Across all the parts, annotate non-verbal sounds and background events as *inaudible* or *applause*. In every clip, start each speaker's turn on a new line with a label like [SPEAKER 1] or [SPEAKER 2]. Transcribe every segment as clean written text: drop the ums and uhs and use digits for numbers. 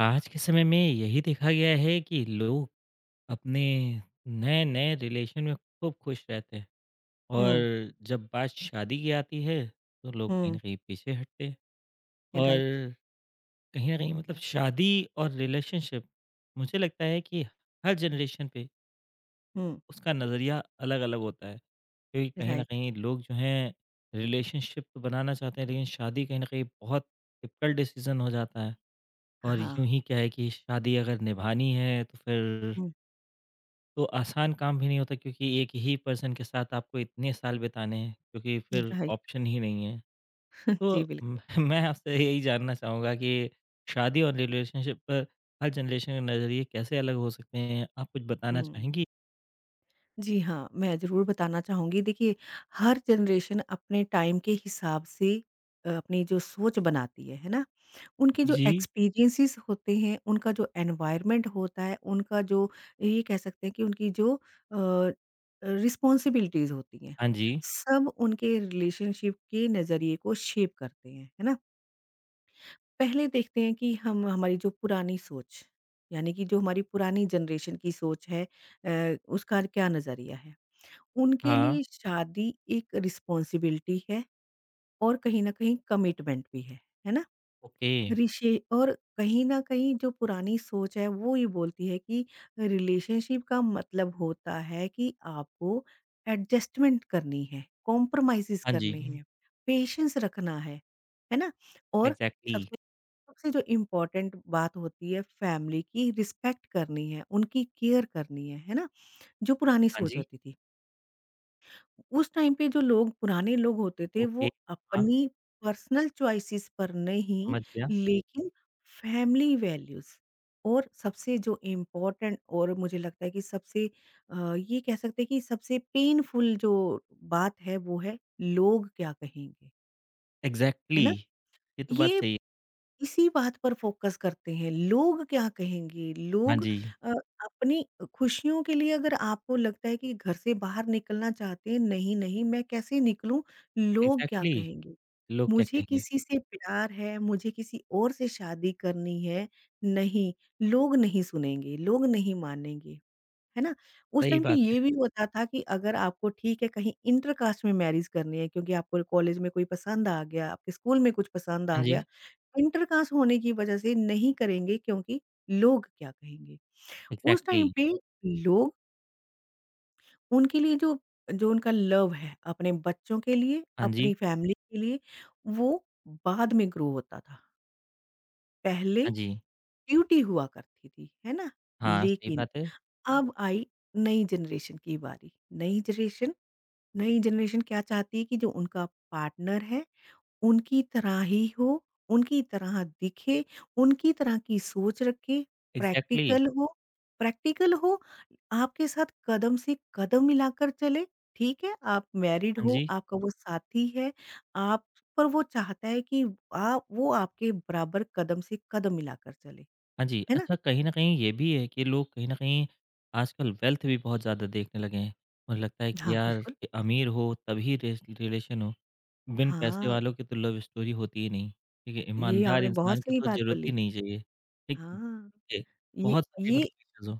[SPEAKER 1] आज के समय में यही देखा गया है कि लोग अपने नए-नए रिलेशन में खूब खुश रहते हैं
[SPEAKER 2] हुँ।
[SPEAKER 1] और जब बात शादी की आती है, तो लोग कहीं
[SPEAKER 2] हुँ।
[SPEAKER 1] न कहीं पीछे हटते हैं
[SPEAKER 2] राइट।
[SPEAKER 1] और कहीं न कहीं मतलब शादी और रिलेशनशिप मुझे लगता है कि हर जनरेशन पे
[SPEAKER 2] हुँ।
[SPEAKER 1] उसका नज़रिया अलग-अलग होता है। क्योंकि कहीं न
[SPEAKER 2] राइट।
[SPEAKER 1] कहीं लोग जो हैं रिलेशनशिप तो बनाना चाहते हैं लेकिन शादी कहीं न कहीं बहुत डिफ़िकल्ट डिसीज़न हो जाता है और
[SPEAKER 2] हाँ।
[SPEAKER 1] यूँ ही क्या है कि शादी अगर निभानी है तो फिर
[SPEAKER 2] हुँ।
[SPEAKER 1] तो आसान काम भी नहीं होता क्योंकि एक ही पर्सन के साथ आपको इतने साल बिताने हैं क्योंकि फिर
[SPEAKER 2] राइट।
[SPEAKER 1] ऑप्शन ही नहीं है।
[SPEAKER 2] *laughs* जी,
[SPEAKER 1] तो म
[SPEAKER 2] बिल्कुल।
[SPEAKER 1] *laughs* मैं आपसे यही जानना चाहूँगा कि शादी और रिलेशनशिप पर हर जनरेशन के नज़रिए कैसे अलग हो सकते हैं? आप कुछ बताना
[SPEAKER 2] हुँ।
[SPEAKER 1] चाहेंगी?
[SPEAKER 2] जी हाँ, मैं ज़रूर बताना चाहूँगी, देखिए, हर जनरेशन अपने टाइम के हिसाब से अपनी जो सोच बनाती है ना? उनके जो
[SPEAKER 1] जी।
[SPEAKER 2] एक्सपीरियंसेस होते हैं, उनका जो एनवायरनमेंट होता है, उनका जो ये कह सकते हैं कि उनकी जो अ, रिस्पॉन्सिबिलिटीज़ होती हैं,
[SPEAKER 1] हाँ जी।
[SPEAKER 2] सब उनके रिलेशनशिप के नज़रिए को शेप करते हैं, है ना? पहले देखते हैं कि हम हमारी जो पुरानी सोच, यानी कि जो हमारी पुरानी जनरेशन की सोच है उसका क्या नज़रिया है। उनके
[SPEAKER 1] हाँ।
[SPEAKER 2] लिए शादी एक रिस्पॉन्सिबिलिटी है और कहीं न कहीं कमिटमेंट भी है ना?
[SPEAKER 1] ओके।
[SPEAKER 2] रिशे और कहीं न कहीं जो पुरानी सोच है वो ये बोलती है कि रिलेशनशिप का मतलब होता है कि आपको एडजस्टमेंट करनी है, कॉम्प्रोमाइज़ेज़
[SPEAKER 1] हाँ
[SPEAKER 2] करने
[SPEAKER 1] जी।
[SPEAKER 2] हैं, पेशेंस रखना है ना? और
[SPEAKER 1] एग्ज़ैक्टली।
[SPEAKER 2] सबसे सबसे जो इम्पोर्टेंट बात होती है, फैमिली की रिस्पेक्ट करनी है, उनकी केयर करनी है ना? जो पुरानी
[SPEAKER 1] हाँ
[SPEAKER 2] सोच
[SPEAKER 1] जी।
[SPEAKER 2] होती थी। उस टाइम पे जो लोग, पुराने लोग होते थे,
[SPEAKER 1] ओके।
[SPEAKER 2] वो
[SPEAKER 1] हाँ,
[SPEAKER 2] अपनी पर्सनल चॉइसेस पर नहीं,
[SPEAKER 1] समझ गया।
[SPEAKER 2] लेकिन फैमिली वैल्यूज़ और सबसे जो इम्पोर्टेंट, और मुझे लगता है कि सबसे ये कह सकते हैं कि सबसे पेनफुल जो बात है, वो है लोग क्या कहेंगे, है
[SPEAKER 1] एग्ज़ैक्टली।
[SPEAKER 2] ना?
[SPEAKER 1] ये तो बात
[SPEAKER 2] ये
[SPEAKER 1] सही है।
[SPEAKER 2] इसी बात पर फोकस करते हैं, लोग क्या कहेंगे?
[SPEAKER 1] हाँ
[SPEAKER 2] लोग
[SPEAKER 1] जी।
[SPEAKER 2] अ, अपनी खुशियों के लिए, अगर आपको लगता है कि घर से बाहर निकलना चाहते हैं, नहीं, नहीं मैं कैसे निकलूँ? लोग क्या
[SPEAKER 1] एग्ज़ैक्टली।
[SPEAKER 2] कहेंगे?
[SPEAKER 1] लोग क्या
[SPEAKER 2] मुझे
[SPEAKER 1] कहेंगे?
[SPEAKER 2] किसी से प्यार है, मुझे किसी और से शादी करनी है, नहीं, लोग नहीं सुनेंगे, लोग नहीं मानेंगे। है ना? उस
[SPEAKER 1] सही
[SPEAKER 2] टाइम पे
[SPEAKER 1] बात है।
[SPEAKER 2] ये भी होता था कि अगर आपको, ठीक है, कहीं इंटर कास्ट में मैरिज करनी है क्योंकि आपको कॉलेज में कोई पसंद आ गया, आपके स्कूल में कुछ पसंद आ
[SPEAKER 1] हाँ
[SPEAKER 2] गया,
[SPEAKER 1] जी।
[SPEAKER 2] इंटर कास्ट होने की वजह से नहीं करेंगे क्योंकि लोग क्या कहेंगे? उस टाइम
[SPEAKER 1] एग्ज़ैक्टली।
[SPEAKER 2] पे लोग, उनके लिए जो, जो उनका लव है अपने बच्चों के लिए,
[SPEAKER 1] हाँ जी।
[SPEAKER 2] अपनी फैमिली के लिए, वो बाद में ग्रो होता था। पहले
[SPEAKER 1] हाँ जी।
[SPEAKER 2] ड्यूटी हुआ करती थी, है ना?
[SPEAKER 1] हाँ, सही
[SPEAKER 2] लेकिन
[SPEAKER 1] बात है।
[SPEAKER 2] अब आई नई जनरेशन की बारी। नई जनरेशन नई जनरेशन क्या चाहती है कि जो उनका पार्टनर है, उनकी तरह ही हो, उनकी तरह दिखे, उनकी तरह की सोच रखे,
[SPEAKER 1] एग्ज़ैक्टली।
[SPEAKER 2] प्रैक्टिकल हो प्रैक्टिकल हो, आपके साथ कदम से कदम मिलाकर चले, ठीक है? आप मैरिड
[SPEAKER 1] हाँ
[SPEAKER 2] हो,
[SPEAKER 1] जी,
[SPEAKER 2] आपका वो साथी है, आप, पर वो चाहता है कि आ वो आपके बराबर कदम से कदम मिलाकर चले,
[SPEAKER 1] हाँ जी।
[SPEAKER 2] है ना?
[SPEAKER 1] अच्छा कहीं न कहीं ये भी है कि लोग कहीं न कहीं आजकल वेल्थ भी बहुत ज़्यादा देखने लगे हैं। मुझे लगता है कि
[SPEAKER 2] हाँ,
[SPEAKER 1] यार
[SPEAKER 2] बिल्कुल।
[SPEAKER 1] कि अमीर हो तभी रिस रिलेशन हो, बिन पैसे
[SPEAKER 2] हाँ,
[SPEAKER 1] वालों की तो लव स्टोरी होती ही नहीं। ठीक है?
[SPEAKER 2] ये
[SPEAKER 1] ईमानदार
[SPEAKER 2] आपने बहुत
[SPEAKER 1] इंसान की
[SPEAKER 2] सही
[SPEAKER 1] तो
[SPEAKER 2] बात
[SPEAKER 1] ज़रूरत ही
[SPEAKER 2] बोली।
[SPEAKER 1] नहीं चाहिए। ठीक
[SPEAKER 2] हाँ,
[SPEAKER 1] है?
[SPEAKER 2] ये
[SPEAKER 1] बहुत सारे
[SPEAKER 2] ये
[SPEAKER 1] मतलब इश्यूज़ हो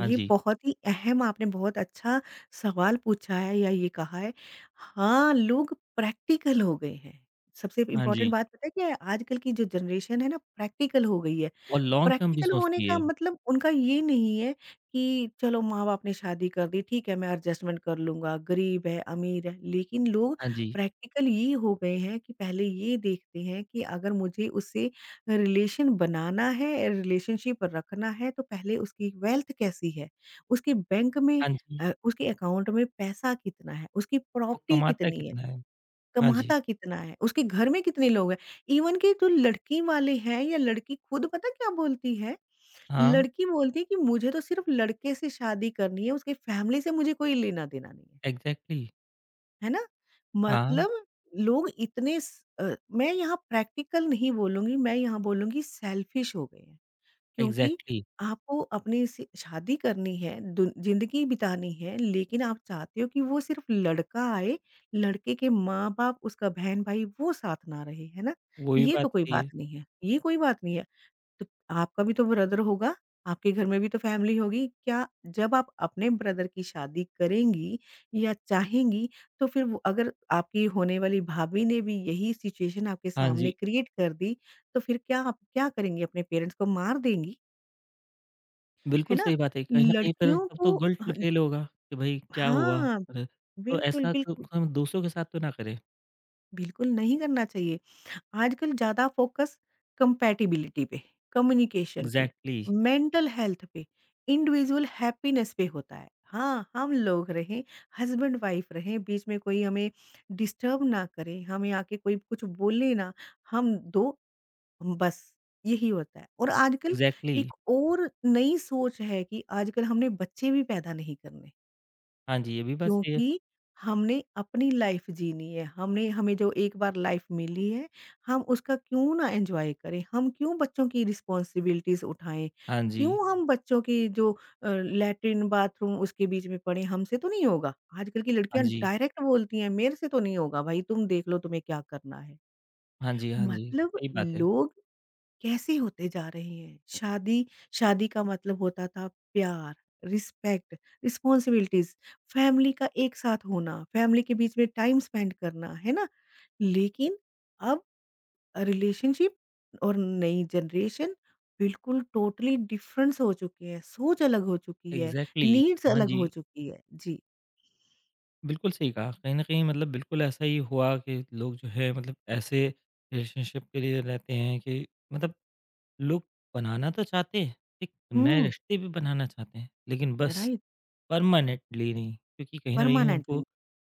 [SPEAKER 1] हाँ
[SPEAKER 2] ये
[SPEAKER 1] जी,
[SPEAKER 2] बहुत ही अहम, आपने बहुत अच्छा सवाल पूछा है या ये कहा है। हाँ, लोग प्रैक्टिकल हो गए हैं। सबसे
[SPEAKER 1] हाँ
[SPEAKER 2] इम्पोर्टेंट
[SPEAKER 1] जी।
[SPEAKER 2] बात पता है क्या है? आजकल की जो जनरेशन है ना, प्रैक्टिकल हो गई है।
[SPEAKER 1] और लॉन्ग टर्म भी
[SPEAKER 2] प्रैक्टिकल होने
[SPEAKER 1] सोचती
[SPEAKER 2] का
[SPEAKER 1] है।
[SPEAKER 2] मतलब उनका ये नहीं है कि चलो, माँ-बाप ने शादी कर दी, ठीक है मैं एडजस्टमेंट कर लूँगा, गरीब है, अमीर है। लेकिन लोग
[SPEAKER 1] हाँ जी,
[SPEAKER 2] प्रैक्टिकल ये हो गए हैं कि पहले ये देखते हैं कि अगर मुझे उससे रिलेशन बनाना है, रिलेशनशिप रखना है, तो पहले उसकी वेल्थ कैसी है? उसके बैंक में
[SPEAKER 1] हाँ जी।
[SPEAKER 2] उसके अकाउंट में पैसा कितना है? उसकी
[SPEAKER 1] वो
[SPEAKER 2] प्रॉपर्टी
[SPEAKER 1] कमाता
[SPEAKER 2] कितनी है?
[SPEAKER 1] कितना है? हाँ जी।
[SPEAKER 2] कमाता कितना है? उसके घर में कितने लोग हैं? इवन कि जो लड़की वाले हैं या लड़की खुद, पता क्या बोलती है?
[SPEAKER 1] हाँ,
[SPEAKER 2] लड़की बोलती है कि मुझे तो सिर्फ लड़के से शादी करनी है, उसकी फ़ैमिली से मुझे कोई लेना-देना नहीं है।
[SPEAKER 1] एग्ज़ैक्टली।
[SPEAKER 2] है ना?
[SPEAKER 1] हाँ,
[SPEAKER 2] मतलब लोग मैं यहाँ प्रैक्टिकल नहीं बोलूँगी, मैं यहाँ बोलूँगी सेल्फिश हो गए हैं। क्योंकि
[SPEAKER 1] एग्ज़ैक्टली।
[SPEAKER 2] आपको अपनी से शादी करनी है, दुन ज़िंदगी बितानी है, लेकिन आप चाहते हो कि वो सिर्फ लड़का आए, लड़के के माँ-बाप, उसका बहन-भाई वो साथ ना रहे। है ना?
[SPEAKER 1] वो भी
[SPEAKER 2] ये
[SPEAKER 1] बात
[SPEAKER 2] तो कोई
[SPEAKER 1] सही
[SPEAKER 2] बात
[SPEAKER 1] है।
[SPEAKER 2] नहीं है, ये कोई बात नहीं है। तो आपका भी तो ब्रदर होगा, आपके घर में भी तो फैमिली होगी। क्या जब आप अपने ब्रदर की शादी करेंगी या चाहेंगी, तो फिर वो, अगर आपकी होने वाली भाभी ने भी यही सिचुएशन आपके
[SPEAKER 1] हाँ
[SPEAKER 2] सामने
[SPEAKER 1] जी,
[SPEAKER 2] क्रिएट कर दी, तो फिर क्या आप क्या करेंगी? अपने पेरेंट्स को मार देंगी, है
[SPEAKER 1] बिल्कुल
[SPEAKER 2] ना?
[SPEAKER 1] सही बात है। कहीं न कहीं फिर
[SPEAKER 2] लड़कियों
[SPEAKER 1] तब तो
[SPEAKER 2] को
[SPEAKER 1] गिल्ट
[SPEAKER 2] हन
[SPEAKER 1] फ़ील होगा कि भाई क्या हुआ?
[SPEAKER 2] हाँ,
[SPEAKER 1] अरे! तो
[SPEAKER 2] बिल्कुल,
[SPEAKER 1] ऐसा क
[SPEAKER 2] बिल्कुल,
[SPEAKER 1] हम दूसरों के साथ तो ना करें।
[SPEAKER 2] बिल्कुल नहीं करना चाहिए। आजकल ज़्यादा फ़ोकस कंपैटिबिलिटी पे, कम्युनिकेशन पे,
[SPEAKER 1] एग्ज़ैक्टली,
[SPEAKER 2] मेंटल हेल्थ पे, इंडिविजुअल हैप्पीनेस पे होता है। हाँ, हम लोग रहें, हस्बैंड-वाइफ रहें, बीच में कोई हमें डिस्टर्ब ना करे, हमें आके कोई कुछ बोले ना, हम 2, बस यही होता है। और आजकल
[SPEAKER 1] एग्ज़ैक्टली।
[SPEAKER 2] एक और नई सोच है कि आजकल हमने बच्चे भी पैदा नहीं करने।
[SPEAKER 1] हाँ जी, ये भी बात सही है।
[SPEAKER 2] क्योंकि हमने अपनी लाइफ जीनी है, हमने हमें जो एक बार लाइफ मिली है, हम उसका क्यों ना एन्जॉय करें? हम क्यों बच्चों की रिस्पॉन्सिबिलिटीज़ उठाएँ?
[SPEAKER 1] हाँ जी,
[SPEAKER 2] क्यों हम बच्चों की जो लैट्रिन, बाथरूम उसके बीच में पड़े, हमसे तो नहीं होगा। आजकल की
[SPEAKER 1] हाँ
[SPEAKER 2] लड़कियाँ
[SPEAKER 1] जी,
[SPEAKER 2] डायरेक्ट बोलती हैं, मेरे से तो नहीं होगा भाई, तुम देख लो तुम्हें क्या करना है।
[SPEAKER 1] हाँ जी, हाँ जी।
[SPEAKER 2] मतलब
[SPEAKER 1] सही बात है।
[SPEAKER 2] लोग कैसे होते जा रहे हैं। शादी शादी का मतलब होता था प्यार, रिस्पेक्ट, रिस्पॉन्सिबिलिटीज़, फैमिली का एक साथ होना, फैमिली के बीच में टाइम स्पेंड करना, है ना? लेकिन अब रिलेशनशिप और नई जनरेशन बिल्कुल टोटली डिफरेंस हो चुके हैं, सोच अलग हो चुकी है,
[SPEAKER 1] एग्ज़ैक्टली,
[SPEAKER 2] नीड्स
[SPEAKER 1] हाँ
[SPEAKER 2] अलग
[SPEAKER 1] जी।
[SPEAKER 2] हो चुकी है। जी।
[SPEAKER 1] बिल्कुल सही कहा। कहीं न कहीं मतलब बिल्कुल ऐसा ही हुआ कि लोग जो है मतलब ऐसे रिलेशनशिप के लिए रहते हैं कि मतलब लोग बनाना तो चाहते हैं, एक नए
[SPEAKER 2] हुँ।
[SPEAKER 1] रिश्ते भी बनाना चाहते हैं, लेकिन बस
[SPEAKER 2] राइट।
[SPEAKER 1] परमानेंटली नहीं, क्योंकि कहीं न कहीं उनको
[SPEAKER 2] परमानेंटली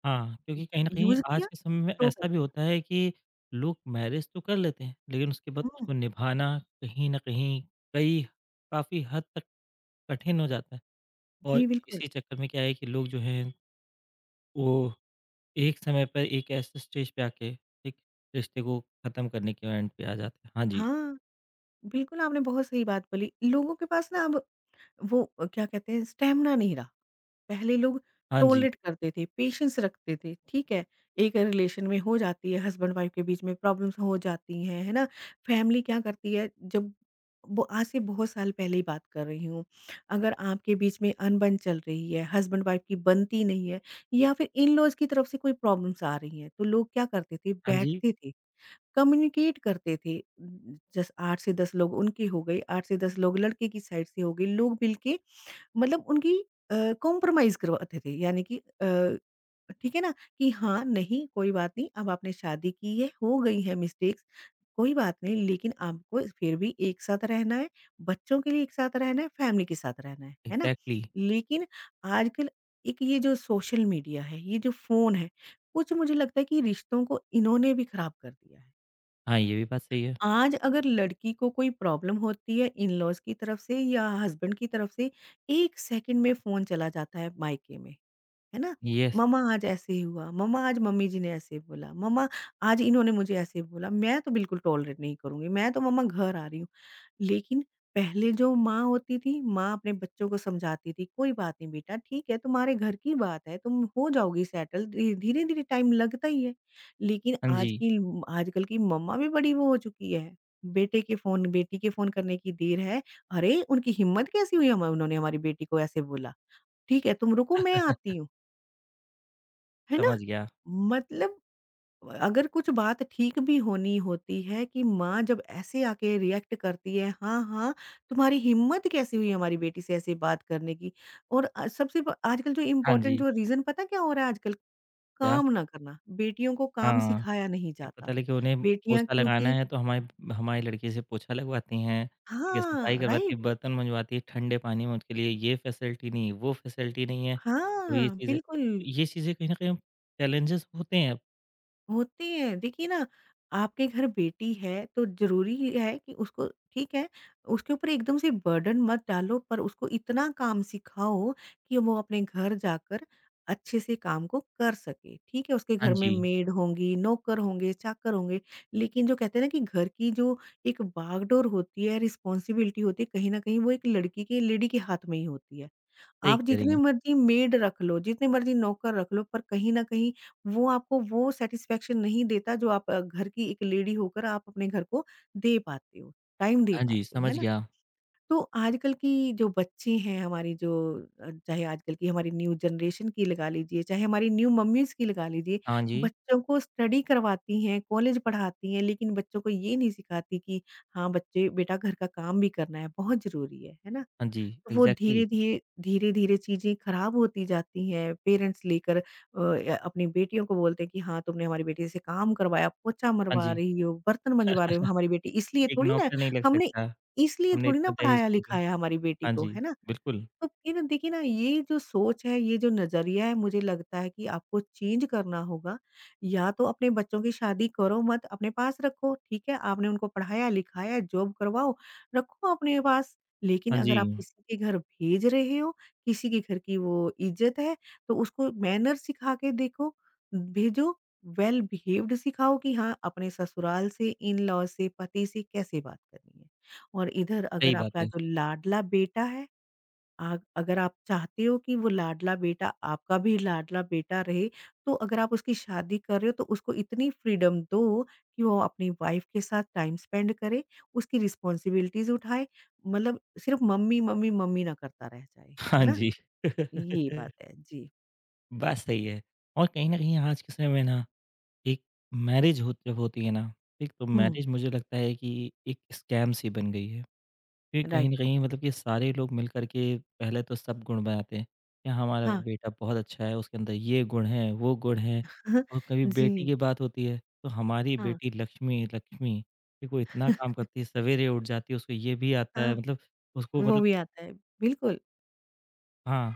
[SPEAKER 1] हाँ, क्योंकि कहीं न कहीं
[SPEAKER 2] यूज़
[SPEAKER 1] आज
[SPEAKER 2] किया,
[SPEAKER 1] के समय में
[SPEAKER 2] थ्रो कर।
[SPEAKER 1] ऐसा भी होता है कि लोग मैरिज तो कर लेते हैं, लेकिन उसके बाद
[SPEAKER 2] हुँ।
[SPEAKER 1] उसको निभाना कहीं न कहीं कई काफ़ी हद तक कठिन हो जाता है। और
[SPEAKER 2] जी बिल्कुल।
[SPEAKER 1] इसी चक्कर में क्या है कि लोग जो हैं, वो एक समय पर एक ऐसे स्टेज पे आके एक रिश्ते को ख़त्म करने के एंड पे आ जाते हैं। हाँ जी,
[SPEAKER 2] हाँ। बिल्कुल, आपने बहुत सही बात बोली। लोगों के पास ना अब वो, क्या कहते हैं, स्टैमिना नहीं रहा। पहले लोग
[SPEAKER 1] हाँ जी,
[SPEAKER 2] टॉलरेट करते थे, पेशेंस रखते थे, ठीक है? एक रिलेशन में हो जाती है, हस्बैंड वाइफ के बीच में प्रॉब्लम्स हो जाती हैं, है ना? फैमिली क्या करती है, जब वो, आज से बहुत साल पहले ही बात कर रही हूँ। अगर आपके बीच में अनबन चल रही है, हस्बैंड वाइफ की बनती नहीं है, या फिर इन-लॉज़ की तरफ से कोई प्रॉब्लम्स आ रही हैं, तो लोग क्या करते थे,
[SPEAKER 1] हाँ जी,
[SPEAKER 2] बैठते थे। कम्युनिकेट करते थे। जैसे 8 से 10 लोग उनके हो गए, 8 से 10 लोग लड़के की साइड से हो गए, लोग मिल के मतलब उनकी अ, कॉम्प्रोमाइज़ करवाते थे। यानी कि ठीक है ना? कि हाँ, नहीं कोई बात नहीं, अब आपने शादी की है, हो गई है मिस्टेक्स, कोई बात नहीं, लेकिन आपको फिर भी एक साथ रहना है, बच्चों के लिए एक साथ रहना है, फैमिली के साथ रहना है ना?
[SPEAKER 1] एग्ज़ैक्टली।
[SPEAKER 2] लेकिन आजकल एक ये जो सोशल मीडिया है, ये जो फ़ोन है, कुछ मुझे लगता है कि रिश्तों को इन्होंने भी खराब कर दिया है।
[SPEAKER 1] हाँ, ये भी बात सही है।
[SPEAKER 2] आज अगर लड़की को कोई प्रॉब्लम होती है इन-लॉज़ की तरफ से या हस्बैंड की तरफ से, 1 सेकंड में फ़ोन चला जाता है मायके में, है ना?
[SPEAKER 1] येस,
[SPEAKER 2] मम्मा आज ऐसे ही हुआ, मम्मा आज मम्मी जी ने ऐसे बोला, मम्मा आज इन्होंने मुझे ऐसे बोला, मैं तो बिल्कुल टॉलरेट नहीं करूँगी, मैं तो मम्मा घर आ रही हूँ। लेकिन पहले जो माँ होती थी, माँ अपने बच्चों को समझाती थी, "कोई बात नहीं बेटा, ठीक है, तुम्हारे घर की बात है, तुम हो जाओगी सेटल, धी धीरे-धीरे टाइम लगता ही है।" लेकिन
[SPEAKER 1] हाँ
[SPEAKER 2] आज
[SPEAKER 1] जी,
[SPEAKER 2] की ल आजकल की मम्मा भी बड़ी वो हो चुकी है, बेटे के फ़ोन बेटी के फ़ोन करने की देर है, "अरे! उनकी हिम्मत कैसी हुई, हम उन्होंने हमारी बेटी को ऐसे बोला, ठीक है, तुम रुको मैं आती हूँ।" है ना?
[SPEAKER 1] समझ गया।
[SPEAKER 2] मतलब अगर कुछ बात ठीक भी होनी होती है कि माँ जब ऐसे आके रिएक्ट करती है, हाँ, हाँ, तुम्हारी हिम्मत कैसे हुई हमारी बेटी से ऐसे बात करने की? और अ, सबसे ब आजकल जो
[SPEAKER 1] हाँ
[SPEAKER 2] इम्पोर्टेंट
[SPEAKER 1] जी,
[SPEAKER 2] जो रीज़न पता क्या हो रहा है आजकल?
[SPEAKER 1] क्या?
[SPEAKER 2] काम ना करना, बेटियों को काम
[SPEAKER 1] हाँ।
[SPEAKER 2] सिखाया नहीं
[SPEAKER 1] ये
[SPEAKER 2] जाता।
[SPEAKER 1] पता लगे कि उन्हें
[SPEAKER 2] बेटियाँ
[SPEAKER 1] पोछा लगाना
[SPEAKER 2] क्योंकि।
[SPEAKER 1] है तो हमारी हमारी लड़की से पोछा लगवाती हैं, ठीक है, सफाई
[SPEAKER 2] हाँ,
[SPEAKER 1] करवाती हैं,
[SPEAKER 2] राइट।
[SPEAKER 1] बर्तन मँजवाती हैं, ठंडे पानी में उनके लिए ये फैसिलिटी नहीं, वो फैसिलिटी नहीं है, तो ये
[SPEAKER 2] हाँ,
[SPEAKER 1] चीज़ें तो
[SPEAKER 2] बिल्कुल।
[SPEAKER 1] ये चीज़ें कहीं न कहीं चैलेंजेस होते हैं।
[SPEAKER 2] होती है। देखिए ना, आपके घर बेटी है तो ज़रूरी ही है कि उसको, ठीक है, उसके ऊपर एकदम से बर्डन मत डालो पर उसको इतना काम सिखाओ कि वो अपने घर जाकर अच्छे से काम को कर सके। ठीक है, उसके
[SPEAKER 1] हाँ
[SPEAKER 2] घर में
[SPEAKER 1] जी,
[SPEAKER 2] मेड होंगी, नौकर होंगे, चाकर होंगे, लेकिन जो कहते हैं ना कि घर की जो एक बागडोर होती है, रिस्पॉन्सिबिलिटी होती है, कहीं न कहीं वो एक लड़की के, लेडी के हाथ में ही होती है।
[SPEAKER 1] सही
[SPEAKER 2] आप
[SPEAKER 1] कह रही
[SPEAKER 2] जितने
[SPEAKER 1] हैं।
[SPEAKER 2] मर्ज़ी मेड रख लो, जितने मर्ज़ी नौकर रख लो, पर कहीं न कहीं वो आपको वो सैटिस्फैक्शन नहीं देता जो आप घर की एक लेडी होकर आप अपने घर को दे पाते हो, टाइम दे
[SPEAKER 1] हाँ जी,
[SPEAKER 2] पाते हो, है
[SPEAKER 1] समझ
[SPEAKER 2] ना?
[SPEAKER 1] गया।
[SPEAKER 2] तो आजकल की जो बच्चे हैं, हमारी जो चाहे आजकल की हमारी न्यू जनरेशन की लगा लीजिए, चाहे हमारी न्यू मम्मीज़ की लगा लीजिए,
[SPEAKER 1] हाँ जी,
[SPEAKER 2] बच्चों को स्टडी करवाती हैं, कॉलेज पढ़ाती हैं, लेकिन बच्चों को ये नहीं सिखाती कि हाँ, बच्चे बेटा घर का काम भी करना है, बहुत ज़रूरी है ना?
[SPEAKER 1] हाँ जी,
[SPEAKER 2] वो
[SPEAKER 1] एग्ज़ैक्टली।
[SPEAKER 2] धीरे-धीरे चीज़ें खराब होती जाती हैं, पेरेंट्स लेकर या अपनी बेटियों को बोलते हैं कि हाँ, तुमने हमारी बेटी से काम करवाया, पोछा
[SPEAKER 1] हाँ
[SPEAKER 2] मरवा
[SPEAKER 1] जी,
[SPEAKER 2] रही हो, बर्तन मँजवा रही हो हमारी बेटी, इसलिए
[SPEAKER 1] एक
[SPEAKER 2] थोड़ी ना,
[SPEAKER 1] नौकर नहीं लग
[SPEAKER 2] हमने
[SPEAKER 1] सकता,
[SPEAKER 2] इसलिए
[SPEAKER 1] हमने
[SPEAKER 2] थोड़ी ना
[SPEAKER 1] इतना दहेज क्यों दिया?
[SPEAKER 2] पढ़ाया-लिखाया हमारी बेटी
[SPEAKER 1] हाँ
[SPEAKER 2] को,
[SPEAKER 1] जी,
[SPEAKER 2] है ना?
[SPEAKER 1] बिल्कुल।
[SPEAKER 2] तो फिर देखिए ना ये जो सोच है, ये जो नज़रिया है मुझे लगता है कि आपको चेंज करना होगा। या तो अपने बच्चों की शादी करो मत, अपने पास रखो, ठीक है? आपने उनको पढ़ाया-लिखाया, जॉब करवाओ, रखो अपने पास। लेकिन
[SPEAKER 1] हाँ जी,
[SPEAKER 2] अगर आप किसी के घर भेज रहे हो, किसी के घर की वो इज़्ज़त है, तो उसको मैनर सिखा के देखो, भेजो, वेल बिहेव्ड सिखाओ कि हाँ, अपने ससुराल से, इन-लॉ से, पति से कैसे बात करनी है। और इधर अगर
[SPEAKER 1] सही बात
[SPEAKER 2] आपका
[SPEAKER 1] है।
[SPEAKER 2] जो लाडला बेटा है आग अगर आप चाहते हो कि वो लाडला बेटा आपका भी लाडला बेटा रहे, तो अगर आप उसकी शादी कर रहे हो तो उसको इतनी फ्रीडम दो कि वो अपनी वाइफ़ के साथ टाइम स्पेंड करे, उसकी रिस्पॉन्सिबिलिटीज़ उठाए, मतलब सिर्फ़ मम्मी, मम्मी, मम्मी ना करता रह जाए, है
[SPEAKER 1] हाँ
[SPEAKER 2] ना?
[SPEAKER 1] जी,
[SPEAKER 2] ये बात
[SPEAKER 1] *laughs*
[SPEAKER 2] है। जी।
[SPEAKER 1] बात सही है। और कहीं न कहीं आज के समय में ना एक मैरिज हो जब होती है ना, ठीक? तो
[SPEAKER 2] हुँ,
[SPEAKER 1] मैरिज मुझे लगता है कि एक स्कैम सी बन गई है। फिर कहीं
[SPEAKER 2] राइट।
[SPEAKER 1] न कहीं मतलब कि सारे लोग मिल कर के पहले तो सब गुण बनाते हैं, कि हमारा
[SPEAKER 2] हाँ।
[SPEAKER 1] बेटा बहुत अच्छा है, उसके अंदर ये गुण है, वो गुण है
[SPEAKER 2] *laughs*
[SPEAKER 1] और कभी बेटी
[SPEAKER 2] जी,
[SPEAKER 1] की बात होती है, तो हमारी
[SPEAKER 2] हाँ।
[SPEAKER 1] बेटी लक्ष्मी, लक्ष्मी, देखो इतना काम
[SPEAKER 2] *laughs*
[SPEAKER 1] करती है, सवेरे उठ जाती है, उसको ये भी आता है
[SPEAKER 2] हाँ,
[SPEAKER 1] मतलब उसको
[SPEAKER 2] वो
[SPEAKER 1] मतलब
[SPEAKER 2] भी आता है। बिल्कुल,
[SPEAKER 1] हाँ,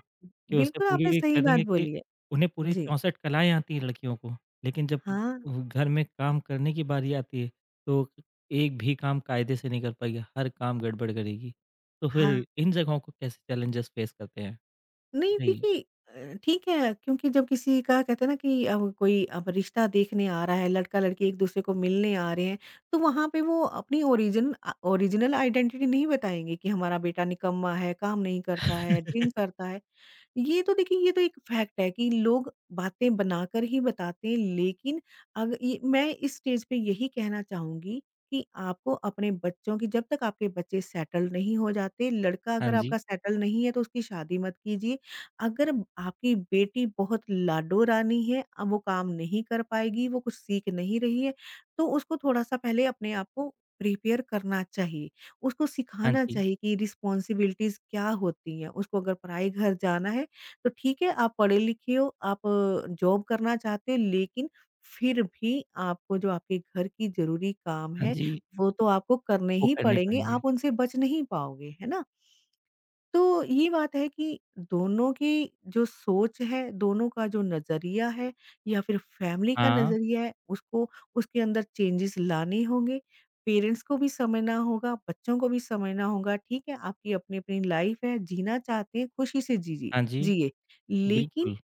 [SPEAKER 1] कि उसे
[SPEAKER 2] बिल्कुल आपने
[SPEAKER 1] पूरी
[SPEAKER 2] सही
[SPEAKER 1] कह
[SPEAKER 2] बात
[SPEAKER 1] देंगे कि
[SPEAKER 2] बोली है।
[SPEAKER 1] उन्हें पूरी
[SPEAKER 2] जी।
[SPEAKER 1] 64 कलाएँ आती हैं लड़कियों को, लेकिन जब
[SPEAKER 2] हाँ,
[SPEAKER 1] वो घर में काम करने की बारी आती है, तो एक भी काम कायदे से नहीं कर पाएगी, हर काम गड़बड़ करेगी। तो फिर
[SPEAKER 2] हाँ।
[SPEAKER 1] इन जगहों को कैसे चैलेंजेस फेस करते हैं?
[SPEAKER 2] नहीं
[SPEAKER 1] बताइए।
[SPEAKER 2] देखिए, ठीक है क्योंकि जब किसी का कहते हैं ना कि अब रिश्ता देखने आ रहा है, लड़का-लड़की एक दूसरे को मिलने आ रहे हैं, तो वहाँ पे वो अपनी ओरिजिनल आइडेंटिटी नहीं बताएँगे कि हमारा बेटा निकम्मा है, काम नहीं करता है, ड्रिंक करता है। ये तो देखिए, ये तो एक फैक्ट है कि लोग बातें बनाकर ही बताते हैं, लेकिन अग ये मैं इस स्टेज पे यही कहना चाहूँगी कि आपको अपने बच्चों की जब तक आपके बच्चे सेटल नहीं हो जाते, लड़का
[SPEAKER 1] हाँ
[SPEAKER 2] अगर
[SPEAKER 1] जी,
[SPEAKER 2] आपका सेटल नहीं है तो उसकी शादी मत कीजिए। अगर आपकी बेटी बहुत लाडो रानी है, वो काम नहीं कर पाएगी, वो कुछ सीख नहीं रही है, तो उसको थोड़ा-सा पहले अपने आप को प्रिपेयर करना चाहिए। उसको
[SPEAKER 1] हाँ
[SPEAKER 2] सिखाना
[SPEAKER 1] जी,
[SPEAKER 2] चाहिए कि रिस्पॉन्सिबिलिटीज़ क्या होती हैं। उसको अगर पराए घर जाना है तो ठीक है, आप पढ़े लिखे हो, आप जॉब करना चाहते हो, लेकिन फिर भी आपको जो आपके घर की ज़रूरी काम
[SPEAKER 1] हाँ
[SPEAKER 2] है,
[SPEAKER 1] जी,
[SPEAKER 2] वो तो आपको करने
[SPEAKER 1] वो
[SPEAKER 2] ही
[SPEAKER 1] करने
[SPEAKER 2] पड़ेंगे,
[SPEAKER 1] पड़ेंगे।
[SPEAKER 2] आप उनसे बच नहीं पाओगे, है ना? तो ये बात है कि दोनों की जो सोच है, दोनों का जो नज़रिया है या फिर फैमिली का
[SPEAKER 1] हाँ,
[SPEAKER 2] नज़रिया है, उसको उसके अंदर चेंजेस लाने होंगे। पेरेंट्स को भी समझना होगा, बच्चों को भी समझना होगा, ठीक है, आपकी अपनी-अपनी लाइफ़ है, जीना चाहते हैं, खुशी से जीजिए
[SPEAKER 1] हाँ जी,
[SPEAKER 2] जिए। लेकिन
[SPEAKER 1] बिल्कुल,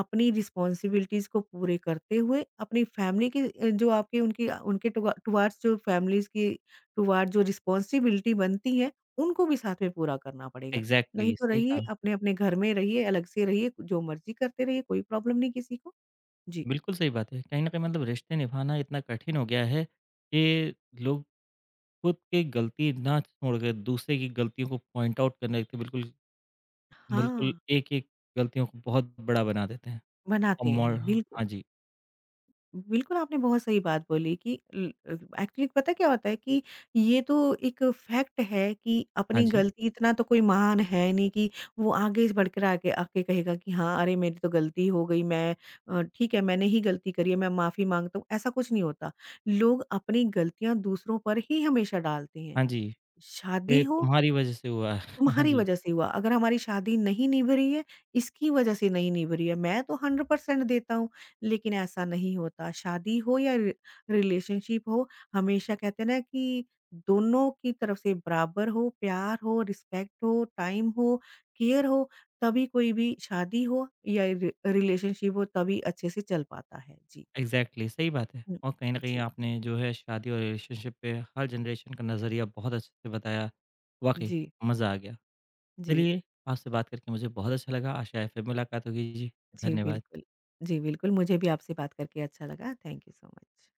[SPEAKER 2] अपनी रिस्पॉन्सिबिलिटीज़ को पूरे करते हुए, अपनी फ़ैमिली की, जो आपकी उनकी उनके टुवार्ड्स जो रिस्पॉन्सिबिलिटी बनती है, उनको भी साथ में पूरा करना पड़ेगा। नहीं
[SPEAKER 1] एग्ज़ैक्टली
[SPEAKER 2] तो
[SPEAKER 1] सही
[SPEAKER 2] रहिए,
[SPEAKER 1] कहा।
[SPEAKER 2] अपने-अपने घर में रहिए, अलग से रहिए, जो मर्ज़ी करते रहिए, कोई प्रॉब्लम नहीं किसी को। जी।
[SPEAKER 1] बिल्कुल सही बात है, कहीं न कहीं मतलब रिश्ते निभाना इतना कठिन हो गया है कि लोग खुद की गलती ना छोड़ के दूसरे की गलतियों को पॉइंट आउट करने लगते हैं, बिल्कुल जी। बिल्कुल
[SPEAKER 2] हाँ,
[SPEAKER 1] एक-एक गलतियों को बहुत बड़ा बना देते हैं। और
[SPEAKER 2] बनाते
[SPEAKER 1] मोड़
[SPEAKER 2] हैं, बिल्कुल।
[SPEAKER 1] हाँ जी,
[SPEAKER 2] बिल्कुल, आपने बहुत सही बात बोली कि एक्चुअली पता क्या होता है कि ये तो एक फैक्ट है कि
[SPEAKER 1] हाँ
[SPEAKER 2] अपनी हुँ।
[SPEAKER 1] जी,
[SPEAKER 2] गलती, इतना तो कोई महान है नहीं कि वो आगे आके कहेगा कि हाँ, अरे मेरी तो गलती हो गई, मैं, ठीक है मैंने ही गलती करी है, मैं माफ़ी माँगता हूँ, ऐसा कुछ नहीं होता। लोग अपनी गलतियाँ दूसरों पर ही हमेशा डालते हैं।
[SPEAKER 1] हाँ जी,
[SPEAKER 2] शादी
[SPEAKER 1] ये
[SPEAKER 2] हो,
[SPEAKER 1] तुम्हारी वज़ह से हुआ है। *laughs* हाँ
[SPEAKER 2] तुम्हारी
[SPEAKER 1] जी,
[SPEAKER 2] वजह से हुआ, अगर हमारी शादी नहीं निभ रही है, इसकी वजह से नहीं निभ रही है, मैं तो 100% देता हूँ, लेकिन ऐसा नहीं होता। शादी हो या रि रिलेशनशिप हो, हमेशा कहते हैं ना कि दोनों की तरफ से बराबर हो, प्यार हो, रिस्पेक्ट हो, टाइम हो, केयर हो, तभी कोई भी शादी हो या रि रिलेशनशिप हो, तभी अच्छे से चल पाता है। जी।
[SPEAKER 1] एग्ज़ैक्टली सही बात है।
[SPEAKER 2] हुँ।
[SPEAKER 1] और कहीं न कहीं
[SPEAKER 2] जी,
[SPEAKER 1] आपने जो है शादी और रिलेशनशिप पे हर जनरेशन का नज़रिया बहुत अच्छे से बताया। वाक़ई
[SPEAKER 2] जी,
[SPEAKER 1] मज़ा आ गया।
[SPEAKER 2] जी,
[SPEAKER 1] चलिए, आपसे बात करके मुझे बहुत अच्छा लगा। आशा है फिर मुलाकात होगी जी,
[SPEAKER 2] जी,
[SPEAKER 1] धन्यवाद।
[SPEAKER 2] बिल्कुल। जी, बिल्कुल, मुझे भी आपसे बात करके अच्छा लगा। Thank you so much.